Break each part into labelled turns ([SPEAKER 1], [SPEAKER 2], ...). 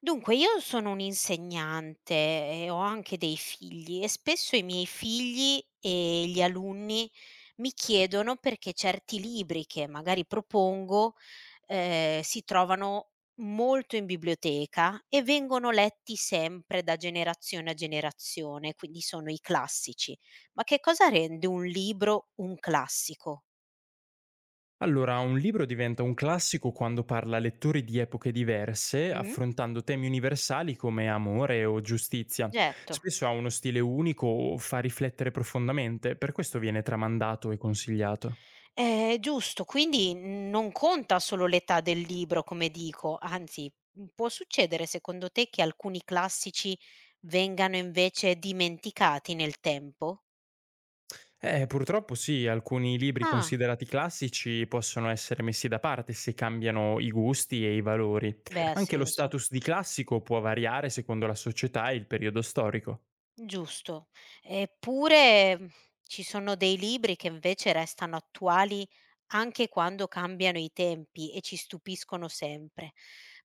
[SPEAKER 1] Dunque, io sono un'insegnante e ho anche dei figli e spesso i miei figli e gli alunni mi chiedono perché certi libri che magari propongo si trovano molto in biblioteca e vengono letti sempre da generazione a generazione, quindi sono i classici. Ma che cosa rende un libro un classico?
[SPEAKER 2] Allora, un libro diventa un classico quando parla a lettori di epoche diverse,
[SPEAKER 1] Mhm.
[SPEAKER 2] affrontando temi universali come amore o giustizia.
[SPEAKER 1] Certo.
[SPEAKER 2] Spesso ha uno stile unico o fa riflettere profondamente, per questo viene tramandato e consigliato.
[SPEAKER 1] Giusto, quindi non conta solo l'età del libro, come dico, anzi, può succedere secondo te che alcuni classici vengano invece dimenticati nel tempo?
[SPEAKER 2] Purtroppo sì, alcuni libri
[SPEAKER 1] Ah,
[SPEAKER 2] considerati classici possono essere messi da parte se cambiano i gusti e i valori.
[SPEAKER 1] beh, ha
[SPEAKER 2] Anche lo
[SPEAKER 1] senso.
[SPEAKER 2] status di classico può variare secondo la società e il periodo storico.
[SPEAKER 1] Giusto. Eppure, ci sono dei libri che invece restano attuali anche quando cambiano i tempi e ci stupiscono sempre.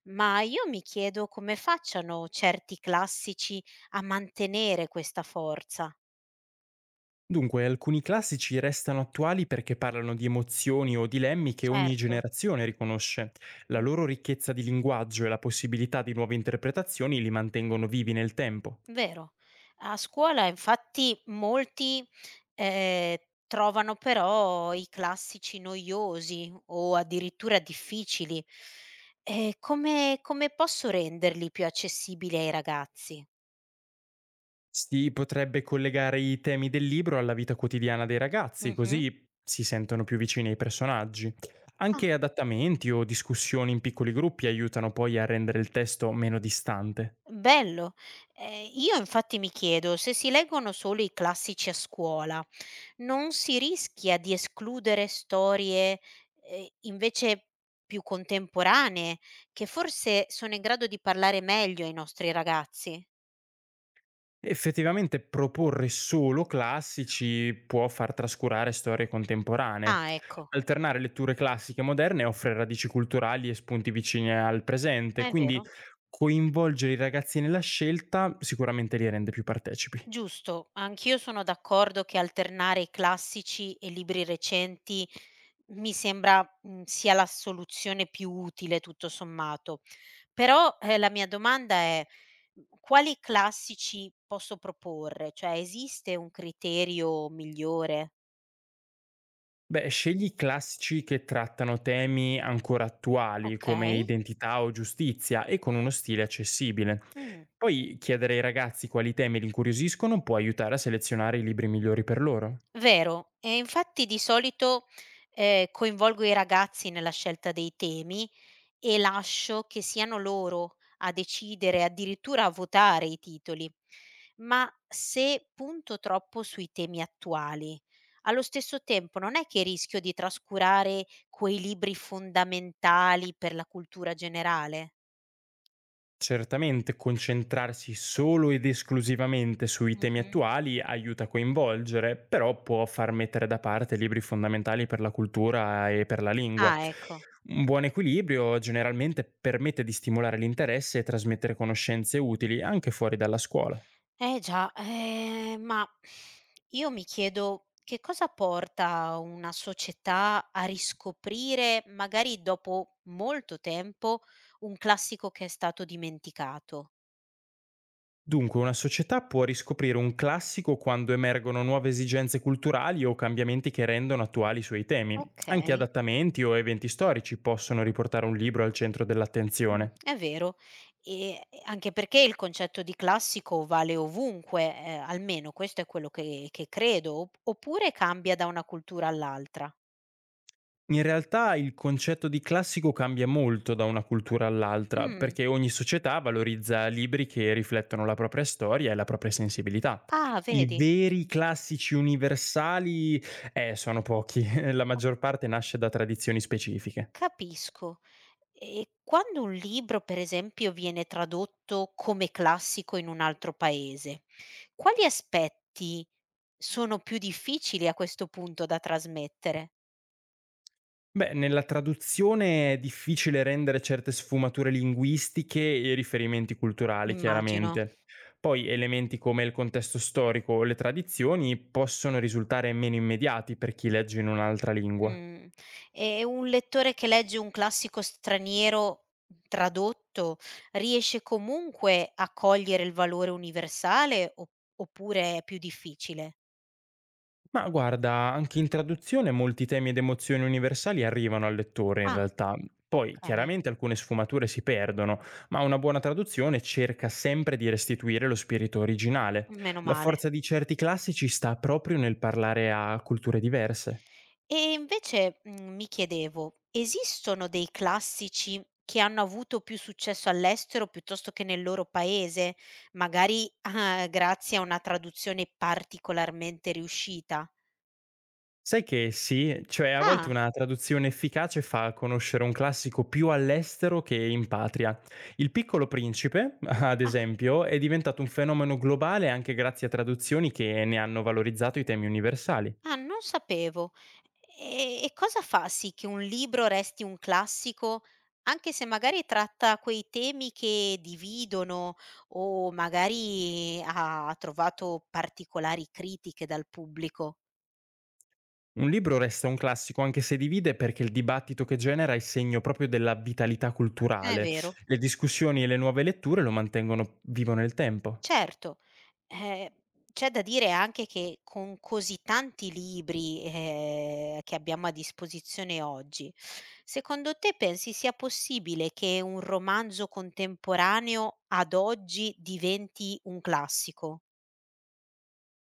[SPEAKER 1] Ma io mi chiedo come facciano certi classici a mantenere questa forza.
[SPEAKER 2] Dunque, alcuni classici restano attuali perché parlano di emozioni o dilemmi che ogni
[SPEAKER 1] Certo,
[SPEAKER 2] generazione riconosce. La
[SPEAKER 1] mh,
[SPEAKER 2] loro ricchezza di linguaggio e la possibilità di nuove interpretazioni li mantengono vivi nel tempo.
[SPEAKER 1] vero. A scuola infatti molti, ehm, trovano però i classici noiosi o addirittura difficili. Come posso renderli più accessibili ai ragazzi?
[SPEAKER 2] Si potrebbe collegare i temi del libro alla vita quotidiana dei ragazzi,
[SPEAKER 1] Mh-mh.
[SPEAKER 2] così si sentono più vicini ai personaggi.
[SPEAKER 1] Ah,
[SPEAKER 2] Anche adattamenti o discussioni in piccoli gruppi aiutano poi a rendere il testo meno distante.
[SPEAKER 1] bello. Io infatti mi chiedo se si leggono solo i classici a scuola, non si rischia di escludere storie, invece più contemporanee, che forse sono in grado di parlare meglio ai nostri ragazzi.
[SPEAKER 2] Effettivamente proporre solo classici può far trascurare storie contemporanee.
[SPEAKER 1] Ah, ecco,
[SPEAKER 2] Alternare letture classiche e moderne offre radici culturali e spunti vicini al presente,
[SPEAKER 1] è
[SPEAKER 2] quindi
[SPEAKER 1] vero.
[SPEAKER 2] coinvolgere i ragazzi nella scelta sicuramente li rende più partecipi.
[SPEAKER 1] Giusto, anch'io sono d'accordo che alternare i classici e libri recenti mi sembra, sia la soluzione più utile tutto sommato. Però, la mia domanda è, quali classici posso proporre? Cioè, esiste un criterio migliore?
[SPEAKER 2] Beh, scegli i classici che trattano temi ancora attuali
[SPEAKER 1] Ok.
[SPEAKER 2] come identità o giustizia e con uno stile accessibile.
[SPEAKER 1] Mm,
[SPEAKER 2] Poi chiedere ai ragazzi quali temi li incuriosiscono può aiutare a selezionare i libri migliori per loro.
[SPEAKER 1] vero. E infatti di solito coinvolgo i ragazzi nella scelta dei temi e lascio che siano loro a decidere, addirittura a votare i titoli. Ma se punto troppo sui temi attuali, allo stesso tempo non è che rischio di trascurare quei libri fondamentali per la cultura generale?
[SPEAKER 2] Certamente concentrarsi solo ed esclusivamente sui temi
[SPEAKER 1] Mh-mh.
[SPEAKER 2] attuali aiuta a coinvolgere, però può far mettere da parte libri fondamentali per la cultura e per la lingua.
[SPEAKER 1] Ah, ecco.
[SPEAKER 2] Un buon equilibrio generalmente permette di stimolare l'interesse e trasmettere conoscenze utili anche fuori dalla scuola.
[SPEAKER 1] Eh già, ma io mi chiedo che cosa porta una società a riscoprire, magari dopo molto tempo, un classico che è stato dimenticato.
[SPEAKER 2] Dunque, una società può riscoprire un classico quando emergono nuove esigenze culturali o cambiamenti che rendono attuali i suoi temi. Anche
[SPEAKER 1] Okay,
[SPEAKER 2] adattamenti o eventi storici possono riportare un libro al centro dell'attenzione.
[SPEAKER 1] è vero. E anche perché il concetto di classico vale ovunque, almeno questo è quello che credo, op oppure cambia da una cultura all'altra?
[SPEAKER 2] In realtà, il concetto di classico cambia molto da una cultura all'altra,
[SPEAKER 1] Mh,
[SPEAKER 2] perché ogni società valorizza libri che riflettono la propria storia e la propria sensibilità.
[SPEAKER 1] ah,
[SPEAKER 2] I
[SPEAKER 1] vedi.
[SPEAKER 2] veri classici universali sono pochi, la maggior parte nasce da tradizioni specifiche.
[SPEAKER 1] Capisco. E quando un libro, per esempio, viene tradotto come classico in un altro paese, quali aspetti sono più difficili a questo punto da trasmettere?
[SPEAKER 2] Beh, nella traduzione è difficile rendere certe sfumature linguistiche e riferimenti culturali,
[SPEAKER 1] Immagino.
[SPEAKER 2] chiaramente. Poi elementi come il contesto storico o le tradizioni possono risultare meno immediati per chi legge in un'altra lingua.
[SPEAKER 1] Mh. E un lettore che legge un classico straniero tradotto riesce comunque a cogliere il valore universale o oppure è più difficile?
[SPEAKER 2] Ma guarda, anche in traduzione molti temi ed emozioni universali arrivano al lettore, in
[SPEAKER 1] Ah,
[SPEAKER 2] realtà. Poi,
[SPEAKER 1] okay,
[SPEAKER 2] chiaramente, alcune sfumature si perdono, ma una buona traduzione cerca sempre di restituire lo spirito originale.
[SPEAKER 1] meno
[SPEAKER 2] La forza
[SPEAKER 1] male.
[SPEAKER 2] di certi classici sta proprio nel parlare a culture diverse.
[SPEAKER 1] E invece, mi chiedevo, esistono dei classici che hanno avuto più successo all'estero piuttosto che nel loro paese, magari, grazie a una traduzione particolarmente riuscita?
[SPEAKER 2] Sai che sì, cioè a volte
[SPEAKER 1] Ah,
[SPEAKER 2] una traduzione efficace fa conoscere un classico più all'estero che in patria. Il Piccolo Principe, ad
[SPEAKER 1] ah,
[SPEAKER 2] esempio, è diventato un fenomeno globale anche grazie a traduzioni che ne hanno valorizzato i temi universali.
[SPEAKER 1] ah, non sapevo. E cosa fa sì che un libro resti un classico, anche se magari tratta quei temi che dividono o magari ha trovato particolari critiche dal pubblico?
[SPEAKER 2] Un libro resta un classico anche se divide, perché il dibattito che genera è segno proprio della vitalità
[SPEAKER 1] È
[SPEAKER 2] culturale.
[SPEAKER 1] vero.
[SPEAKER 2] Le discussioni e le nuove letture lo mantengono vivo nel tempo.
[SPEAKER 1] Certo, ehm, c'è da dire anche che con così tanti libri, che abbiamo a disposizione oggi, secondo te pensi sia possibile che un romanzo contemporaneo ad oggi diventi un classico?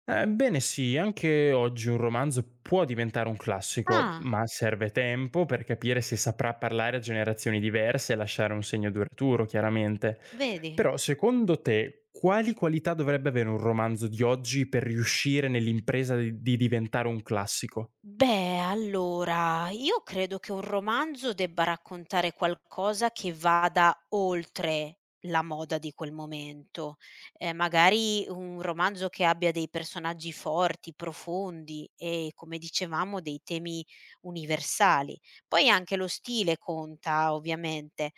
[SPEAKER 2] Ebbene sì, anche oggi un romanzo può diventare un classico,
[SPEAKER 1] Ah,
[SPEAKER 2] ma serve tempo per capire se saprà parlare a generazioni diverse e lasciare un segno duraturo, chiaramente.
[SPEAKER 1] vedi.
[SPEAKER 2] Però secondo te, quali qualità dovrebbe avere un romanzo di oggi per riuscire nell'impresa di diventare un classico?
[SPEAKER 1] Beh, allora, io credo che un romanzo debba raccontare qualcosa che vada oltre la moda di quel momento. Magari un romanzo che abbia dei personaggi forti, profondi e, come dicevamo, dei temi universali. Poi anche lo stile conta, ovviamente.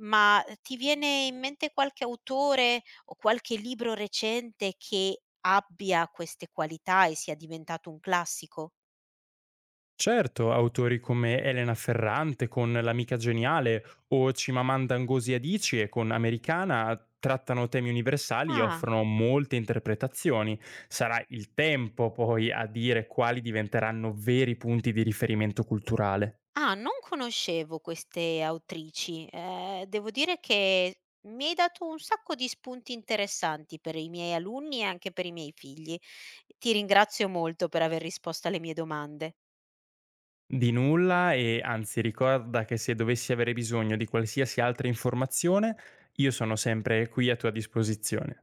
[SPEAKER 1] Ma ti viene in mente qualche autore o qualche libro recente che abbia queste qualità e sia diventato un classico?
[SPEAKER 2] Certo, autori come Elena Ferrante con L'amica geniale o Chimamanda Ngozi Adichie con Americana trattano temi universali e
[SPEAKER 1] Ah,
[SPEAKER 2] offrono molte interpretazioni. Sarà il tempo poi a dire quali diventeranno veri punti di riferimento culturale.
[SPEAKER 1] ah, non conoscevo queste autrici. Devo dire che mi hai dato un sacco di spunti interessanti per i miei alunni e anche per i miei figli. Ti ringrazio molto per aver risposto alle mie domande.
[SPEAKER 2] Di nulla, e anzi ricorda che se dovessi avere bisogno di qualsiasi altra informazione, io sono sempre qui a tua disposizione.